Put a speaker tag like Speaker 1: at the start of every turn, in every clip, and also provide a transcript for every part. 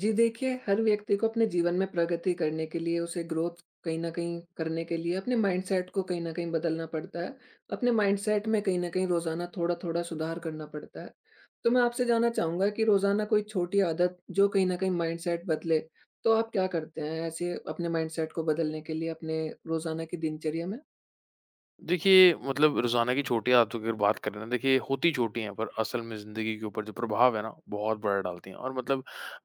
Speaker 1: जी देखिए, हर व्यक्ति को अपने जीवन में प्रगति करने के लिए, उसे ग्रोथ कहीं न कहीं करने के लिए अपने माइंडसेट को कहीं न कहीं बदलना पड़ता है। अपने माइंडसेट में कहीं न कहीं रोज़ाना थोड़ा-थोड़ा सुधार करना पड़ता है। तो मैं आपसे जानना चाहूँगा कि रोज़ाना कोई छोटी आदत जो कहीं न कहीं माइंडसेट बदले, तो आप क्या करते हैं ऐसे अपने माइंडसेट को बदलने के लिए अपने रोज़ाना की दिनचर्या में?
Speaker 2: देखिए, मतलब रोज़ाना की छोटी आदतों की अगर बात करें ना, देखिए होती छोटी हैं, पर असल में ज़िंदगी के ऊपर जो प्रभाव है ना, बहुत बड़ा डालती हैं। और मतलब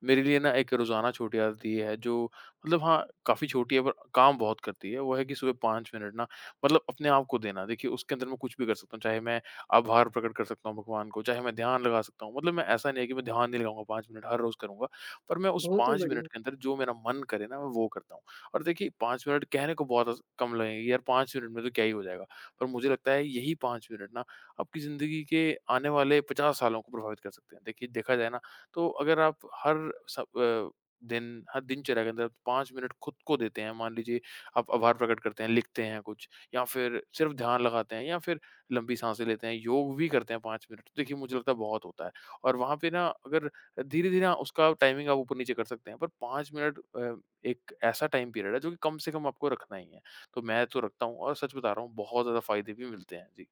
Speaker 2: मेरे लिए ना एक रोज़ाना छोटी आदत ये है जो मतलब हाँ, काफ़ी छोटी है पर काम बहुत करती है, वो है कि सुबह 5 मिनट ना मतलब अपने आप को देना। देखिए, उसके अंदर मैं कुछ भी कर सकता हूँ, चाहे मैं आभार प्रकट कर सकता हूँ भगवान को, चाहे मैं ध्यान लगा सकता हूँ। मतलब मैं ऐसा नहीं है कि मैं ध्यान नहीं लगाऊँगा 5 मिनट, हर रोज़ करूँगा, पर मैं उस
Speaker 1: बहुत ही
Speaker 2: 5 मिनट
Speaker 1: बढ़िया।
Speaker 2: के अंदर जो मेरा मन करे ना, मैं वो करता हूँ। और देखिए 5 मिनट कहने को बहुत कम लगेंगे, यार 5 मिनट में तो क्या ही हो जाएगा। पर मुझे लगता है यही 5 मिनट ना आपकी ज़िंदगी के आने वाले 50 सालों को प्रभावित कर सकते हैं। देखिए देखा जाए ना तो अगर आप हर स अ, दिन हर दिनचर्या के अंदर 5 मिनट खुद को देते हैं, मान लीजिए आप आभार प्रकट करते हैं, लिखते हैं कुछ या फिर सिर्फ़ ध्यान लगाते हैं या फिर लंबी साँसें लेते हैं, योग भी करते हैं 5 मिनट, तो देखिए मुझे लगता है बहुत होता है। और वहाँ पे ना अगर धीरे-धीरे ना उसका टाइमिंग आप ऊपर-नीचे कर सकते हैं, पर 5 मिनट एक ऐसा टाइम पीरियड है जो कि कम से कम आपको रखना ही है। तो मैं तो रखता हूँ और सच बता रहा हूँ बहुत ज़्यादा फ़ायदे भी मिलते हैं। जी।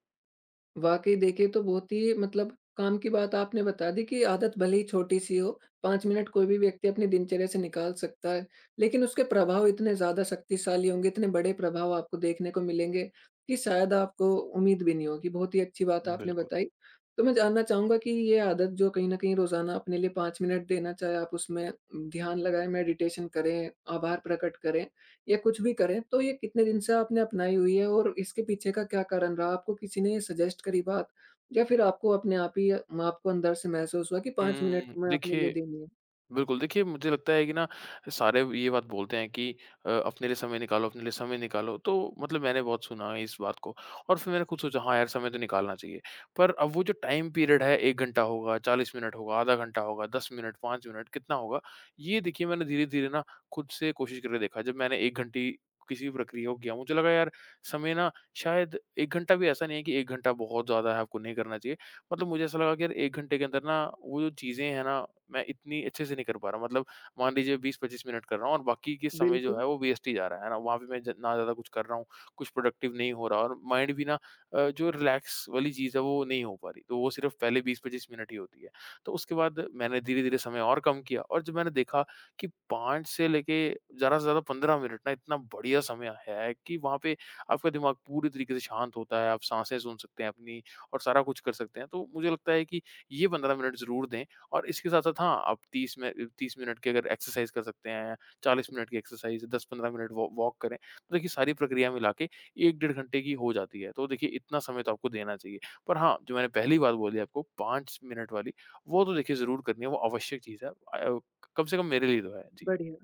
Speaker 1: वाक़ई देखिए, तो बहुत ही मतलब काम की बात आपने बता दी कि आदत भले ही छोटी-सी हो, 5 मिनट कोई भी व्यक्ति अपनी दिनचर्या से निकाल सकता है, लेकिन उसके प्रभाव इतने ज़्यादा शक्तिशाली होंगे, इतने बड़े प्रभाव आपको देखने को मिलेंगे कि शायद आपको उम्मीद भी नहीं होगी। बहुत ही अच्छी बात आपने
Speaker 2: बिल्कुल।
Speaker 1: बताई। तो मैं जानना चाहूँगा कि ये आदत जो कहीं न कहीं रोज़ाना अपने लिए 5 मिनट देना, चाहे आप उसमें ध्यान लगाएँ, मेडिटेशन करें, आभार प्रकट करें, या कुछ भी करें, तो ये कितने दिन से आपने अपनाई हुई है और इसके पीछे का क्या कारण रहा? आपको किसी ने सजेस्ट करी बात या फिर आपको अपने आप ही आपको अंदर से महसूस हुआ कि 5 मिनट में अपने लिए
Speaker 2: देखिए
Speaker 1: देनी है?
Speaker 2: बिल्कुल, देखिए मुझे लगता है कि ना सारे ये बात बोलते हैं कि अपने लिए समय निकालो, अपने लिए समय निकालो, तो मतलब मैंने बहुत सुना है इस बात को और फिर मैंने खुद सोचा हाँ यार, समय तो निकालना चाहिए। पर अब वो जो टाइम पीरियड है 1 घंटा होगा, 40 मिनट होगा, आधा घंटा होगा, 10 मिनट, 5 मिनट कितना होगा? ये देखिए मैंने धीरे-धीरे ना खुद से कोशिश करके देखा। जब मैंने 1 घंटे किसी भी प्रक्रिया को किया, मुझे लगा यार समय ना शायद 1 घंटा भी ऐसा नहीं है कि 1 घंटा बहुत ज़्यादा है, आपको नहीं करना चाहिए। मतलब मुझे ऐसा लगा कि यार 1 घंटे के अंदर ना वो जो चीज़ें हैं ना, मैं इतनी अच्छे से नहीं कर पा रहा मतलब मान लीजिए 20-25 मिनट कर रहा हूँ और बाकी के समय जो
Speaker 1: बिल्कुल,
Speaker 2: है वो वेस्ट ही जा रहा है ना? वहाँ पे मैं ज ना ज़्यादा कुछ कर रहा हूँ, कुछ प्रोडक्टिव नहीं हो रहा और माइंड भी ना जो रिलैक्स वाली चीज़ है वो नहीं हो पा रही, तो वो सिर्फ़ पहले 20-25 मिनट ही होती है। तो उसके बाद मैंने धीरे-धीरे समय और कम किया और जब मैंने देखा कि 5 से लेके ज़्यादा से ज़्यादा 15 मिनट ना इतना बढ़िया समय है कि वहाँ पे आपका दिमाग पूरी तरीके से शांत होता है, आप साँसें सुन सकते हैं अपनी और सारा कुछ कर सकते हैं। तो मुझे लगता है कि ये 15 मिनट ज़रूर दें और इसके साथ-साथ हाँ, आप 30 मिनट की अगर एक्सरसाइज़ कर सकते हैं, 40 मिनट की एक्सरसाइज़, 10-15 मिनट वॉ वॉक करें। तो देखिए सारी प्रक्रिया मिला के 1 डेढ़ घंटे की हो जाती है। तो देखिए इतना समय तो आपको देना चाहिए। पर हाँ, जो मैंने पहली बात बोली आपको 5 मिनट वाली, वो तो देखिए ज़रूर करनी है, वो आवश्यक चीज़ है। कम से कम मेरे लिए तो है। जी।
Speaker 1: बढ़िया।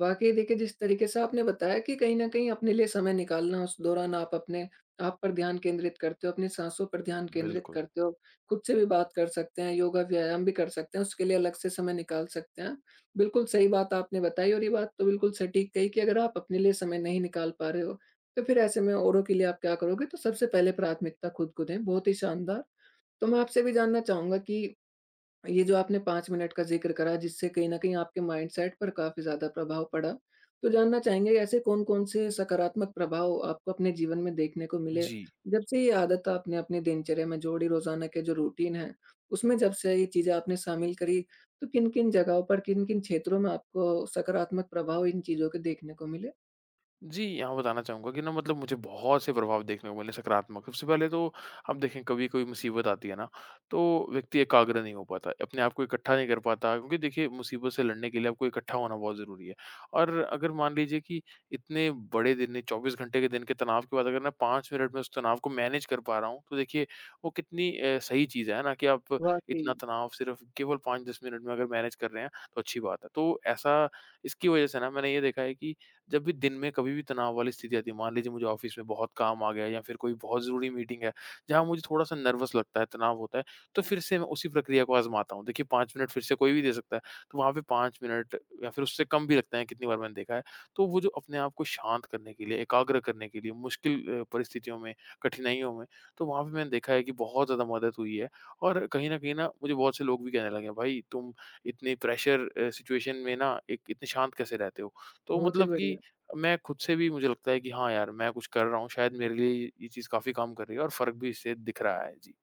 Speaker 1: वाक़ई देखिए, जिस तरीके से आपने बताया कि कहीं न कहीं अपने लिए समय निकालना, उस दौरान आप अपने आप पर ध्यान केंद्रित करते हो, अपनी साँसों पर ध्यान केंद्रित
Speaker 2: बिल्कुल।
Speaker 1: करते हो, खुद से भी बात कर सकते हैं, योगा व्यायाम भी कर सकते हैं, उसके लिए अलग से समय निकाल सकते हैं। बिल्कुल सही बात आपने बताई और ये बात तो बिल्कुल सटीक कही कि अगर आप अपने लिए समय नहीं निकाल पा रहे हो, तो फिर ऐसे में औरों के लिए आप क्या करोगे? तो सबसे पहले प्राथमिकता खुद को दें, बहुत ही शानदार। तो मैं आपसे भी जानना चाहूँगा कि ये जो आपने 5 मिनट का ज़िक्र करा जिससे कहीं न कहीं आपके माइंडसेट पर काफ़ी ज़्यादा प्रभाव पड़ा। तो जानना चाहेंगे ऐसे कौन-कौन से सकारात्मक प्रभाव आपको अपने जीवन में देखने को मिले?
Speaker 2: जी।
Speaker 1: जब से ये आदत आपने अपनी दिनचर्या में जोड़ी रोज़ाना के जो रूटीन है, उसमें जब से ये चीज़ें आपने शामिल करी, तो किन-किन जगहों पर, किन-किन क्षेत्रों में आपको सकारात्मक प्रभाव इन चीज़ों के देखने को मिले?
Speaker 2: जी, यहाँ बताना चाहूँगा कि ना मतलब मुझे बहुत से प्रभाव देखने को मिले सकारात्मक। सबसे पहले तो आप देखें कभी कोई मुसीबत आती है ना, तो व्यक्ति एकाग्र नहीं हो पाता, अपने आप को इकट्ठा नहीं कर पाता क्योंकि देखिए मुसीबत से लड़ने के लिए आपको इकट्ठा होना बहुत ज़रूरी है। और अगर मान लीजिए कि इतने बड़े दिन ने 24 घंटे के दिन के तनाव के बाद अगर मैं 5 मिनट में उस तनाव को मैनेज कर पा रहा हूँ, तो देखिए वो कितनी सही चीज़ है ना कि आप
Speaker 1: वाक़ई,
Speaker 2: इतना तनाव सिर्फ़ केवल 5-10 मिनट में अगर मैनेज कर रहे हैं, तो अच्छी बात है। तो ऐसा इसकी वज़ह से ना मैंने ये देखा है कि जब भी दिन में कभी भी तनाव वाली स्थिति आती है मान लीजिए मुझे ऑफिस में बहुत काम आ गया है या फिर कोई बहुत ज़रूरी मीटिंग है जहाँ मुझे थोड़ा-सा नर्वस लगता है, तनाव होता है, तो फिर से मैं उसी प्रक्रिया को आज़माता हूँ। देखिए 5 मिनट फिर से कोई भी दे सकता है, तो वहाँ पे 5 मिनट या फिर उससे कम भी लगते हैं कितनी बार मैंने देखा है। तो वो जो अपने आप को शांत करने के लिए, एकाग्र करने के लिए मुश्किल परिस्थितियों में, कठिनाइयों में, तो वहाँ पे मैंने देखा है कि बहुत ज़्यादा मदद हुई है और कहीं न कहीं ना मुझे बहुत से लोग भी कहने लगे हैं, "भाई तुम इतने प्रेशर सिचुएशन में ना एक इतने शांत कैसे रहते हो?" तो
Speaker 1: बहुत ही
Speaker 2: मतलब कि
Speaker 1: बढ़िया।
Speaker 2: मैं खुद से भी मुझे लगता है कि हाँ यार, मैं कुछ कर रहा हूँ, शायद मेरे लिए ये चीज़ काफ़ी काम कर रही है और फ़र्क भी इससे दिख रहा है। जी।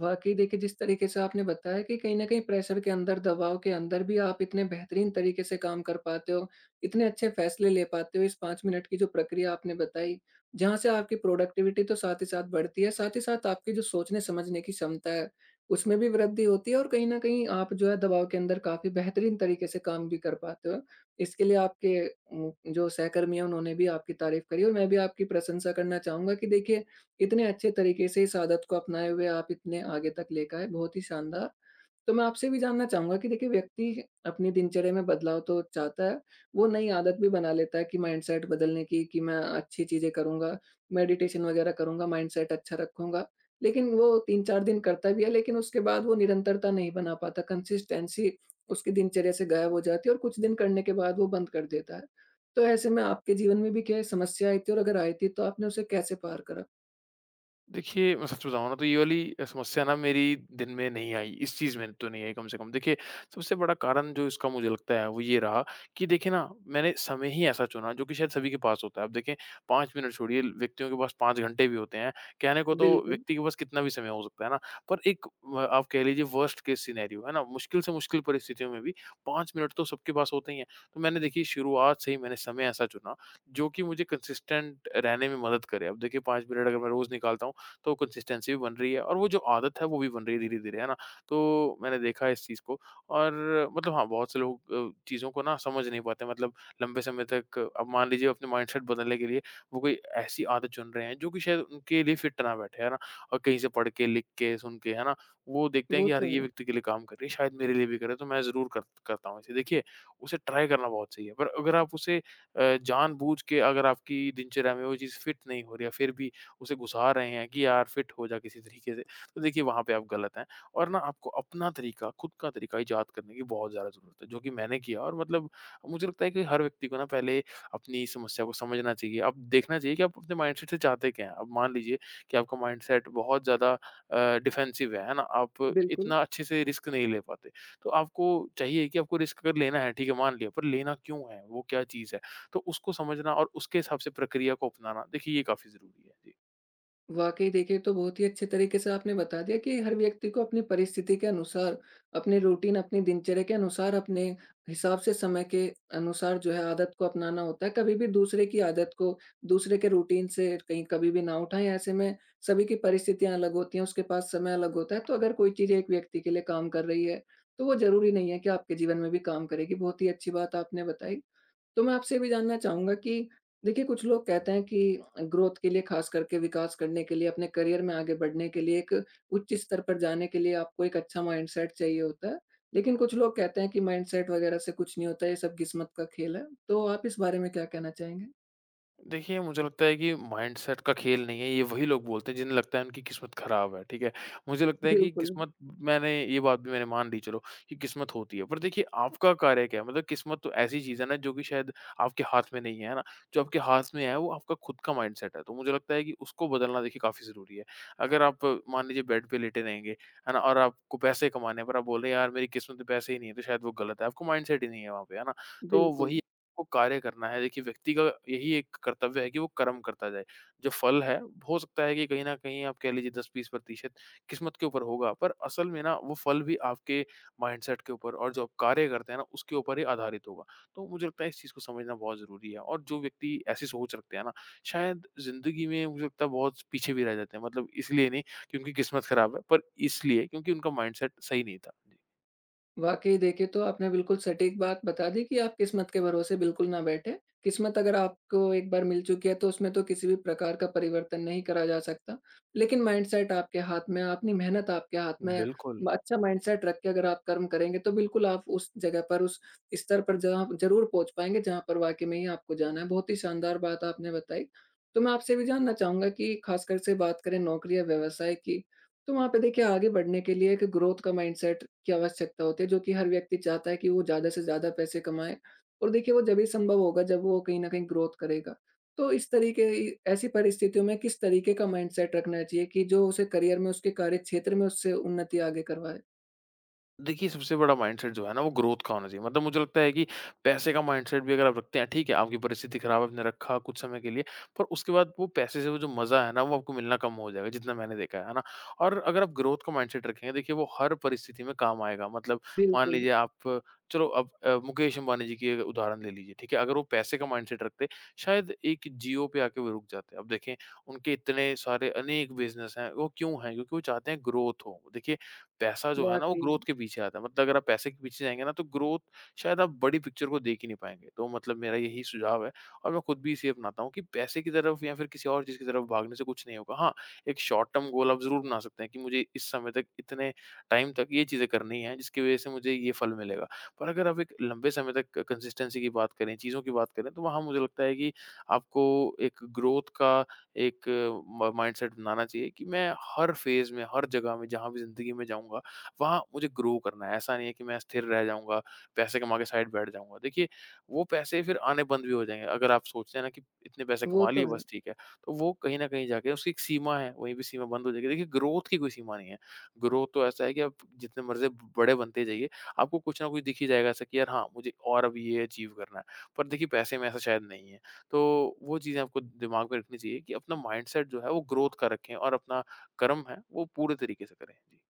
Speaker 1: वाक़ई देखिए, जिस तरीके से आपने बताया कि कहीं न कहीं प्रेशर के अंदर, दबाव के अंदर भी आप इतने बेहतरीन तरीके से काम कर पाते हो, इतने अच्छे फ़ैसले ले पाते हो, इस 5 मिनट की जो प्रक्रिया आपने बताई, जहाँ से आपकी प्रोडक्टिविटी तो साथ ही साथ बढ़ती है, साथ ही साथ आपकी जो सोचने-समझने की क्षमता है, उसमें भी वृद्धि होती है और कहीं न कहीं आप जो है दबाव के अंदर काफ़ी बेहतरीन तरीके से काम भी कर पाते हो। इसके लिए आपके जो सहकर्मी हैं, उन्होंने भी आपकी तारीफ़ करी और मैं भी आपकी प्रशंसा करना चाहूँगा कि देखिए इतने अच्छे तरीके से इस आदत को अपनाए हुए आप इतने आगे तक लेकर आए, बहुत ही शानदार। तो मैं आपसे भी जानना चाहूँगा कि देखिए व्यक्ति अपनी दिनचर्या में बदलाव तो चाहता है, वो नई आदत भी बना लेता है कि माइंडसेट बदलने की कि मैं अच्छी चीज़ें करूँगा, मेडिटेशन वगैरह करूँगा, माइंडसेट अच्छा रखूँगा। लेकिन वो 3-4 दिन करता भी है लेकिन उसके बाद वो निरंतरता नहीं बना पाता, कंसिस्टेंसी उसकी दिनचर्या से गायब हो जाती है और कुछ दिन करने के बाद वो बंद कर देता है। तो ऐसे में आपके जीवन में भी क्या ये समस्या आई थी और अगर आई थी तो आपने उसे कैसे पार करा?
Speaker 2: देखिए, मैं सच बताऊँ ना तो ये वाली समस्या ना मेरी दिन में नहीं आई, इस चीज़ में तो नहीं आई कम से कम। देखिए, सबसे बड़ा कारण जो इसका मुझे लगता है वो ये रहा कि देखिए ना मैंने समय ही ऐसा चुना जो कि शायद सभी के पास होता है। अब देखें 5 मिनट छोड़िए व्यक्तियों के पास 5 घंटे भी होते हैं। कहने को तो
Speaker 1: बिल्कुल,
Speaker 2: व्यक्ति के पास कितना भी समय हो सकता है ना, पर एक व आप कह लीजिए वर्स्ट केस सिनेरियो है ना, मुश्किल से मुश्किल परिस्थितियों में भी 5 मिनट तो सबके पास होते ही हैं। तो मैंने देखिए शुरुआत से ही मैंने समय ऐसा चुना जो कि मुझे कंसिस्टेंट रहने में मदद करे। अब देखिए 5 मिनट अगर मैं रोज़ निकालता हूँ तो कंसिस्टेंसी भी बन रही है और वो जो आदत है वो भी बन रही है धीरे-धीरे, है ना? तो मैंने देखा है इस चीज़ को और मतलब हाँ, बहुत से लोग चीज़ों को ना समझ नहीं पाते मतलब लंबे समय तक अब मान लीजिए अपने माइंडसेट बदलने के लिए वो कोई ऐसी आदत चुन रहे हैं जो कि शायद उनके लिए फिट ना बैठे, है ना? और कहीं से पढ़ के, लिख के, सुन के, है ना? वो देखते हैं
Speaker 1: वो
Speaker 2: कि यार
Speaker 1: तो
Speaker 2: ये
Speaker 1: है।
Speaker 2: व्यक्ति के लिए काम कर रही है, शायद मेरे लिए भी करे तो मैं ज़रूर कर करता हूँ इसे। देखिए, उसे ट्राई करना बहुत सही है पर अगर आप उसे जानबूझ के अगर आपकी दिनचर्या में वो चीज़ फिट नहीं हो रही है फिर भी उसे घुसा रहे हैं कि यार फिट हो जा किसी तरीके से, तो देखिए वहाँ पे आप गलत हैं और ना आपको अपना तरीका, खुद का तरीका इजाद करने की बहुत ज़्यादा ज़रूरत है, जो कि मैंने किया और मतलब मुझे लगता है कि हर व्यक्ति को ना पहले अपनी समस्या को समझना चाहिए। अब देखना चाहिए कि आप अपने माइंडसेट से चाहते क्या हैं? अब मान लीजिए कि आपका माइंडसेट बहुत ज़्यादा डिफेंसिव है ना? आप
Speaker 1: बिल्कुल,
Speaker 2: इतना अच्छे से रिस्क नहीं ले पाते, तो आपको चाहिए कि आपको रिस्क अगर लेना है, ठीक है, मान लिया, पर लेना क्यों है? वो क्या चीज़ है? तो उसको समझना और उसके हिसाब से प्रक्रिया को अपनाना, देखिए ये काफ़ी ज़रूरी है। जी।
Speaker 1: वाक़ई देखिए तो बहुत ही अच्छे तरीके से आपने बता दिया कि हर व्यक्ति को अपनी परिस्थिति के अनुसार, अपने रूटीन, अपनी दिनचर्या के अनुसार, अपने हिसाब से समय के अनुसार जो है आदत को अपनाना होता है। कभी भी दूसरे की आदत को, दूसरे के रूटीन से कहीं कभी भी ना उठाएँ, ऐसे में सभी की परिस्थितियाँ अलग होती हैं, उसके पास समय अलग होता है। तो अगर कोई चीज़ एक व्यक्ति के लिए काम कर रही है, तो वो ज़रूरी नहीं है कि आपके जीवन में भी काम करेगी। बहुत ही अच्छी बात आपने बताई। तो मैं आपसे ये भी जानना चाहूँगा कि देखिए कुछ लोग कहते हैं कि ग्रोथ के लिए ख़ास करके विकास करने के लिए, अपने करियर में आगे बढ़ने के लिए, एक उच्च स्तर पर जाने के लिए आपको एक अच्छा माइंडसेट चाहिए होता है। लेकिन कुछ लोग कहते हैं कि माइंडसेट वग़ैरह से कुछ नहीं होता, ये सब किस्मत का खेल है। तो आप इस बारे में क्या कहना चाहेंगे?
Speaker 2: देखिए, मुझे लगता है कि माइंडसेट का खेल नहीं है, ये वही लोग बोलते हैं जिन्हें लगता है उनकी किस्मत खराब है, ठीक है? मुझे लगता है कि
Speaker 1: बिल्कुल,
Speaker 2: किस्मत मैंने ये बात भी मैंने मान ली चलो कि किस्मत होती है, पर देखिए आपका कार्य क्या है? मतलब किस्मत तो ऐसी चीज़ है ना जो कि शायद आपके हाथ में नहीं है, है ना? जो आपके हाथ में है वो आपका खुद का माइंडसेट है, तो मुझे लगता है कि उसको बदलना देखिए काफ़ी ज़रूरी है। अगर आप मान लीजिए बेड पे लेटे रहेंगे, है ना? और आपको पैसे कमाने हैं पर आप बोल रहे हैं यार मेरी किस्मत में पैसे ही नहीं है, तो शायद वो गलत है, आपको माइंडसेट ही नहीं है वहाँ पे, है ना? तो
Speaker 1: बिल्कुल।
Speaker 2: वही को कार्य करना है। देखिए, व्यक्ति का यही एक कर्तव्य है कि वो कर्म करता जाए। जो फल है, हो सकता है कि कहीं न कहीं आप कह लीजिए 10-20% किस्मत के ऊपर होगा, पर असल में ना वो फल भी आपके माइंडसेट के ऊपर और जो आप कार्य करते हैं ना, उसके ऊपर ही आधारित होगा। तो मुझे लगता है इस चीज़ को समझना बहुत ज़रूरी है और जो व्यक्ति ऐसी सोच रखते हैं ना, शायद ज़िंदगी में मुझे लगता है बहुत पीछे भी रह जाते हैं। मतलब इसलिए नहीं कि उनकी किस्मत खराब है, पर इसलिए क्योंकि उनका माइंडसेट सही नहीं था। जी।
Speaker 1: वाक़ई देखिए, तो आपने बिल्कुल सटीक बात बता दी कि आप किस्मत के भरोसे बिल्कुल ना बैठें। किस्मत अगर आपको एक बार मिल चुकी है तो उसमें तो किसी भी प्रकार का परिवर्तन नहीं करा जा सकता। लेकिन माइंडसेट आपके हाथ में है, अपनी मेहनत आपके हाथ में है।
Speaker 2: बिल्कुल।
Speaker 1: अच्छा माइंडसेट रख के अगर आप कर्म करेंगे तो बिल्कुल आप उस जगह पर, उस स्तर पर जहाँ ज़रूर पहुँच पाएँगे जहाँ पर वाक़ई में ही आपको जाना है। बहुत ही शानदार बात आपने बताई। तो मैं आपसे भी जानना चाहूँगा कि ख़ासकर से बात करें नौकरी या व्यवसाय की तो वहाँ पे देखिए आगे बढ़ने के लिए एक ग्रोथ का माइंडसेट की आवश्यकता होती है जो कि हर व्यक्ति चाहता है कि वो ज़्यादा से ज़्यादा पैसे कमाए और देखिए वो जभी संभव होगा जब वो कहीं न कहीं ग्रोथ करेगा। तो इस तरीके इ ऐसी परिस्थितियों में किस तरीके का माइंडसेट रखना चाहिए कि जो उसे करियर में उसके कार्यक्षेत्र में उससे उन्नति आगे करवाए?
Speaker 2: देखिए, सबसे बड़ा माइंडसेट जो है ना, वो ग्रोथ का होना चाहिए। मतलब मुझे लगता है कि पैसे का माइंडसेट भी अगर आप रखते हैं, ठीक है, आपकी परिस्थिति खराब है, आपने रखा कुछ समय के लिए, पर उसके बाद वो पैसे से वो जो मज़ा है ना, वो आपको मिलना कम हो जाएगा, जितना मैंने देखा है ना? और अगर आप ग्रोथ का माइंडसेट रखेंगे, देखिए, वो हर परिस्थिति में काम आएगा। मतलब मान
Speaker 1: बिल्कुल,
Speaker 2: लीजिए आप चलो अब मुकेश अंबानी जी की एक उदाहरण ले लीजिए, ठीक है? अगर वो पैसे का माइंडसेट रखते, शायद एक जियो पे आके वो रुक जाते। अब देखें, उनके इतने सारे अनेक बिज़नेस हैं, वो क्यों हैं? क्योंकि वो चाहते हैं ग्रोथ हो। देखिए, पैसा जो है ना, वो
Speaker 1: वाक़ई,
Speaker 2: ग्रोथ के पीछे आता है। मतलब अगर आप पैसे के पीछे जाएँगे ना, तो ग्रोथ शायद आप बड़ी पिक्चर को देख ही नहीं पाएँगे। तो मतलब मेरा यही सुझाव है और मैं खुद भी इसे अपनाता हूँ कि पैसे की तरफ या फिर किसी और चीज़ की तरफ भागने से कुछ नहीं होगा। हाँ, एक शॉर्ट टर्म गोल आप ज़रूर बना सकते हैं कि मुझे इस समय तक, इतने टाइम तक ये चीज़ें करनी हैं, जिसकी वज़ह से मुझे ये फल मिलेगा। पर अगर आप एक लंबे समय तक कंसिस्टेंसी की बात करें, चीज़ों की बात करें, तो वहाँ मुझे लगता है कि आपको एक ग्रोथ का एक म माइंडसेट बनाना चाहिए कि मैं हर फ़ेज़ में, हर जगह में, जहाँ भी ज़िंदगी में जाऊँगा, वहाँ मुझे ग्रो करना है। ऐसा नहीं है कि मैं स्थिर रह जाऊँगा, पैसे कमा के साइड बैठ जाऊँगा। देखिए, वो पैसे फिर आने बंद भी हो जाएँगे। अगर आप सोचते हैं ना कि इतने पैसे
Speaker 1: वो
Speaker 2: कमा लिए
Speaker 1: तो है।
Speaker 2: बस ठीक है, तो वो कहीं न कहीं जाके उसकी एक सीमा है, वहीं पे सीमा बंद हो जाएगी। देखिए, ग्रोथ की कोई सीमा नहीं है। ग्रोथ तो ऐसा है कि आप जितने मर्ज़ी ब बड़े बनते जाइए, आपको कुछ ना कुछ दिख ही जाएगा ऐसा कि यार हाँ, मुझे और अब ये अचीव करना है। पर देखिए, पैसे में ऐसा शायद नहीं है। तो वो चीज़ें आपको दिमाग में रखनी चाहिए कि अपना माइंडसेट जो है वो ग्रोथ का रखें और अपना कर्म है वो पूरे तरीके से करें। जी।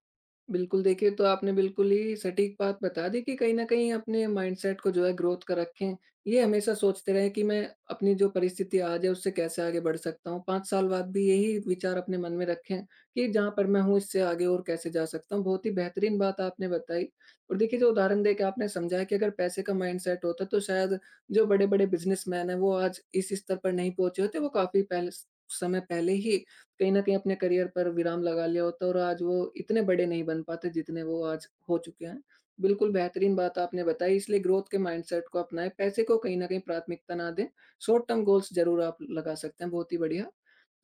Speaker 1: बिल्कुल, देखिए तो आपने बिल्कुल ही सटीक बात बता दी कि कहीं न कहीं अपने माइंडसेट को जो है ग्रोथ का रखें। ये हमेशा सोचते रहें कि मैं अपनी जो परिस्थिति आज है उससे कैसे आगे बढ़ सकता हूँ। 5 साल बाद भी यही विचार अपने मन में रखें कि जहाँ पर मैं हूँ इससे आगे और कैसे जा सकता हूँ। बहुत ही बेहतरीन बात आपने बताई और देखिए जो उदाहरण देके आपने समझाया कि अगर पैसे का माइंडसेट होता तो शायद जो बड़े-बड़े बिज़नेसमैन हैं वो आज इस स्तर पर नहीं पहुँचे होते। वो काफ़ी पहले स समय पहले ही कहीं न कहीं अपने करियर पर विराम लगा लिया होता और आज वो इतने बड़े नहीं बन पाते जितने वो आज हो चुके हैं। बिल्कुल बेहतरीन बात आपने बताई इसलिए ग्रोथ के माइंडसेट को अपनाएँ, पैसे को कहीं न कहीं प्राथमिकता ना दें, शॉर्ट टर्म गोल्स ज़रूर आप लगा सकते हैं। बहुत ही बढ़िया।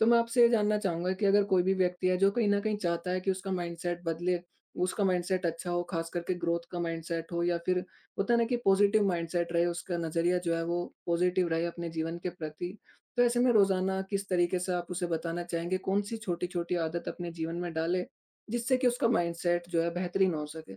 Speaker 1: तो मैं आपसे ये जानना चाहूँगा कि अगर कोई भी व्यक्ति है जो कहीं न कहीं चाहता है कि उसका माइंडसेट बदले, उसका माइंडसेट अच्छा हो, ख़ास करके ग्रोथ का माइंडसेट हो या फिर होता है ना कि पॉजिटिव माइंडसेट रहे, उसका नज़रिया जो है वो पॉजिटिव रहे अपने जीवन के प्रति। तो ऐसे में रोज़ाना किस तरीके से आप उसे बताना चाहेंगे, कौन-सी छोटी-छोटी आदत अपने जीवन में डाले, जिससे कि उसका माइंडसेट जो है बेहतरीन हो सके?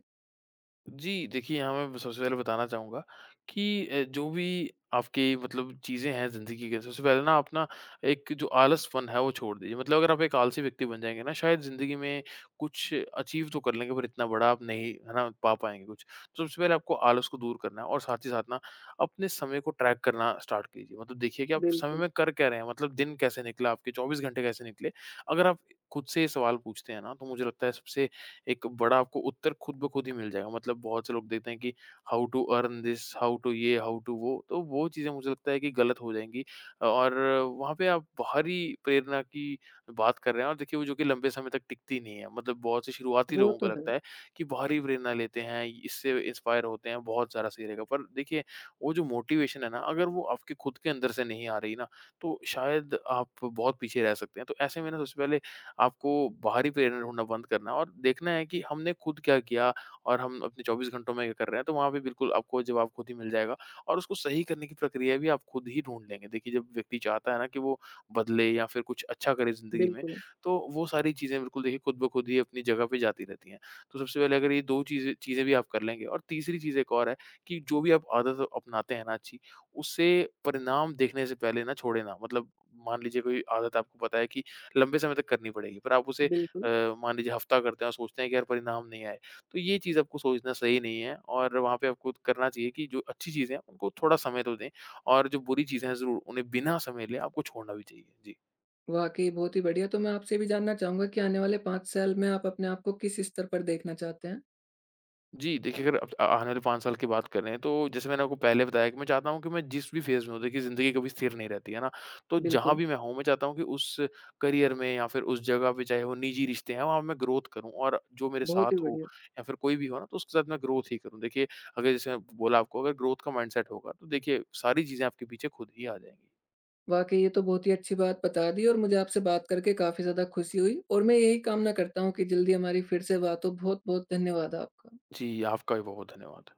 Speaker 2: जी, देखिए यहाँ मैं सबसे पहले बताना चाहूँगा कि जो भी आपकी मतलब चीज़ें हैं ज़िंदगी के, सबसे पहले ना आप ना एक जो आलसपन है वो छोड़ दीजिए। मतलब अगर आप एक आलसी व्यक्ति बन जाएँगे ना शायद ज़िंदगी में कुछ अचीव तो कर लेंगे पर इतना बड़ा आप नहीं है ना पा पाएँगे कुछ। तो सबसे पहले आपको आलस को दूर करना है और साथ ही साथ ना अपने समय को ट्रैक करना स्टार्ट कीजिए। मतलब देखिए कि आप समय
Speaker 1: बिल्कुल,
Speaker 2: में कर क्या रहे हैं? मतलब दिन कैसे निकला? आपके 24 घंटे कैसे निकले? अगर आप खुद से ये सवाल पूछते हैं ना तो मुझे लगता है सबसे एक बड़ा आपको उत्तर खुद ब खुद ही मिल जाएगा। मतलब बहुत से लोग देखते हैं कि how to earn this, how to ये, हाउ टू वो, तो वो चीज़ें मुझे लगता है कि गलत हो जाएँगी। और वहाँ पे आप बाहरी प्रेरणा की बात कर रहे हैं और देखिए वो जो कि लंबे समय तक टिकती नहीं है। मतलब बहुत से शुरुआती
Speaker 1: वो
Speaker 2: लोगों को
Speaker 1: तो है।
Speaker 2: लगता है कि बाहरी प्रेरणा लेते हैं, इससे इंस्पायर होते हैं, बहुत सारा सही रहेगा। पर देखिए वो जो मोटिवेशन है ना, अगर वो आपके खुद के अंदर से नहीं आ रही ना, तो शायद आप बहुत पीछे रह सकते हैं। तो ऐसे में ना सबसे पहले आपको बाहरी प्रेरणा ढूँढना बंद करना है और देखना है कि हमने खुद क्या किया और हम अपने 24 घंटों में क्या कर रहे हैं, तो वहाँ पे बिल्कुल आपको जवाब खुद ही मिल जाएगा और उसको सही करने की प्रक्रिया भी आप खुद ही ढूँढ लेंगे। देखिए, जब व्यक्ति चाहता है ना कि वो बदले या फिर कुछ अच्छा करे ज़िंदगी में,
Speaker 1: बिल्कुल,
Speaker 2: तो वो सारी चीज़ें बिल्कुल देखिए खुद ब खुद ही अपनी जगह पे जाती रहती हैं। तो सबसे पहले अगर ये 2 चीज़ें चीज़ें भी आप कर लेंगे और तीसरी चीज़ एक और है कि जो भी आप आदत अपनाते हैं ना अच्छी, उसे परिणाम देखने से पहले ना छोड़े ना। मतलब मान लीजिए कोई आदत आपको पता है कि लंबे समय तक करनी पड़ेगी। पर आप उसे अ,
Speaker 1: बिल्कुल।
Speaker 2: मान लीजिए हफ्ता करते हैं और सोचते हैं कि यार परिणाम नहीं आए, तो ये चीज़ आपको सोचना सही नहीं है और वहाँ पे आपको करना चाहिए कि जो अच्छी चीज़ें हैं उनको थोड़ा समय तो दें और जो बुरी चीज़ें हैं ज़रूर उन्हें बिना समय लिए आपको छोड़ना भी चाहिए। जी।
Speaker 1: वाक़ई बहुत ही बढ़िया। तो मैं आपसे ये भी जानना चाहूँगा कि आने वाले 5 साल में आप अपने आप को किस स्तर पर देखना चाहते हैं?
Speaker 2: जी, देखिए अगर अब आने वाले 5 साल की बात करें तो जैसे मैंने आपको पहले बताया कि मैं चाहता हूँ कि मैं जिस भी फ़ेज़ में हूँ देखिए ज़िंदगी कभी स्थिर नहीं रहती, है ना? तो जहाँ
Speaker 1: बिल्कुल,
Speaker 2: भी मैं हूँ मैं चाहता हूँ कि उस करियर में या फिर उस जगह पे चाहे वो निजी रिश्ते हैं वहाँ मैं ग्रोथ करूँ और जो मेरे साथ
Speaker 1: बहुत ही
Speaker 2: हो
Speaker 1: बढ़िया।
Speaker 2: या फिर कोई भी हो ना तो उसके साथ मैं ग्रोथ ही करूँ। देखिए अगर जैसे मैं बोला आपको अगर ग्रोथ का माइंडसेट होगा तो देखिए सारी चीज़ें आपके पीछे खुद ही आ जाएँगी।
Speaker 1: वाक़ई ये तो बहुत ही अच्छी बात बता दी और मुझे आपसे बात करके काफ़ी ज़्यादा खुशी हुई और मैं यही कामना करता हूँ कि जल्दी हमारी फिर से बात हो। बहुत-बहुत धन्यवाद आपका।
Speaker 2: जी, आपका भी बहुत-बहुत धन्यवाद।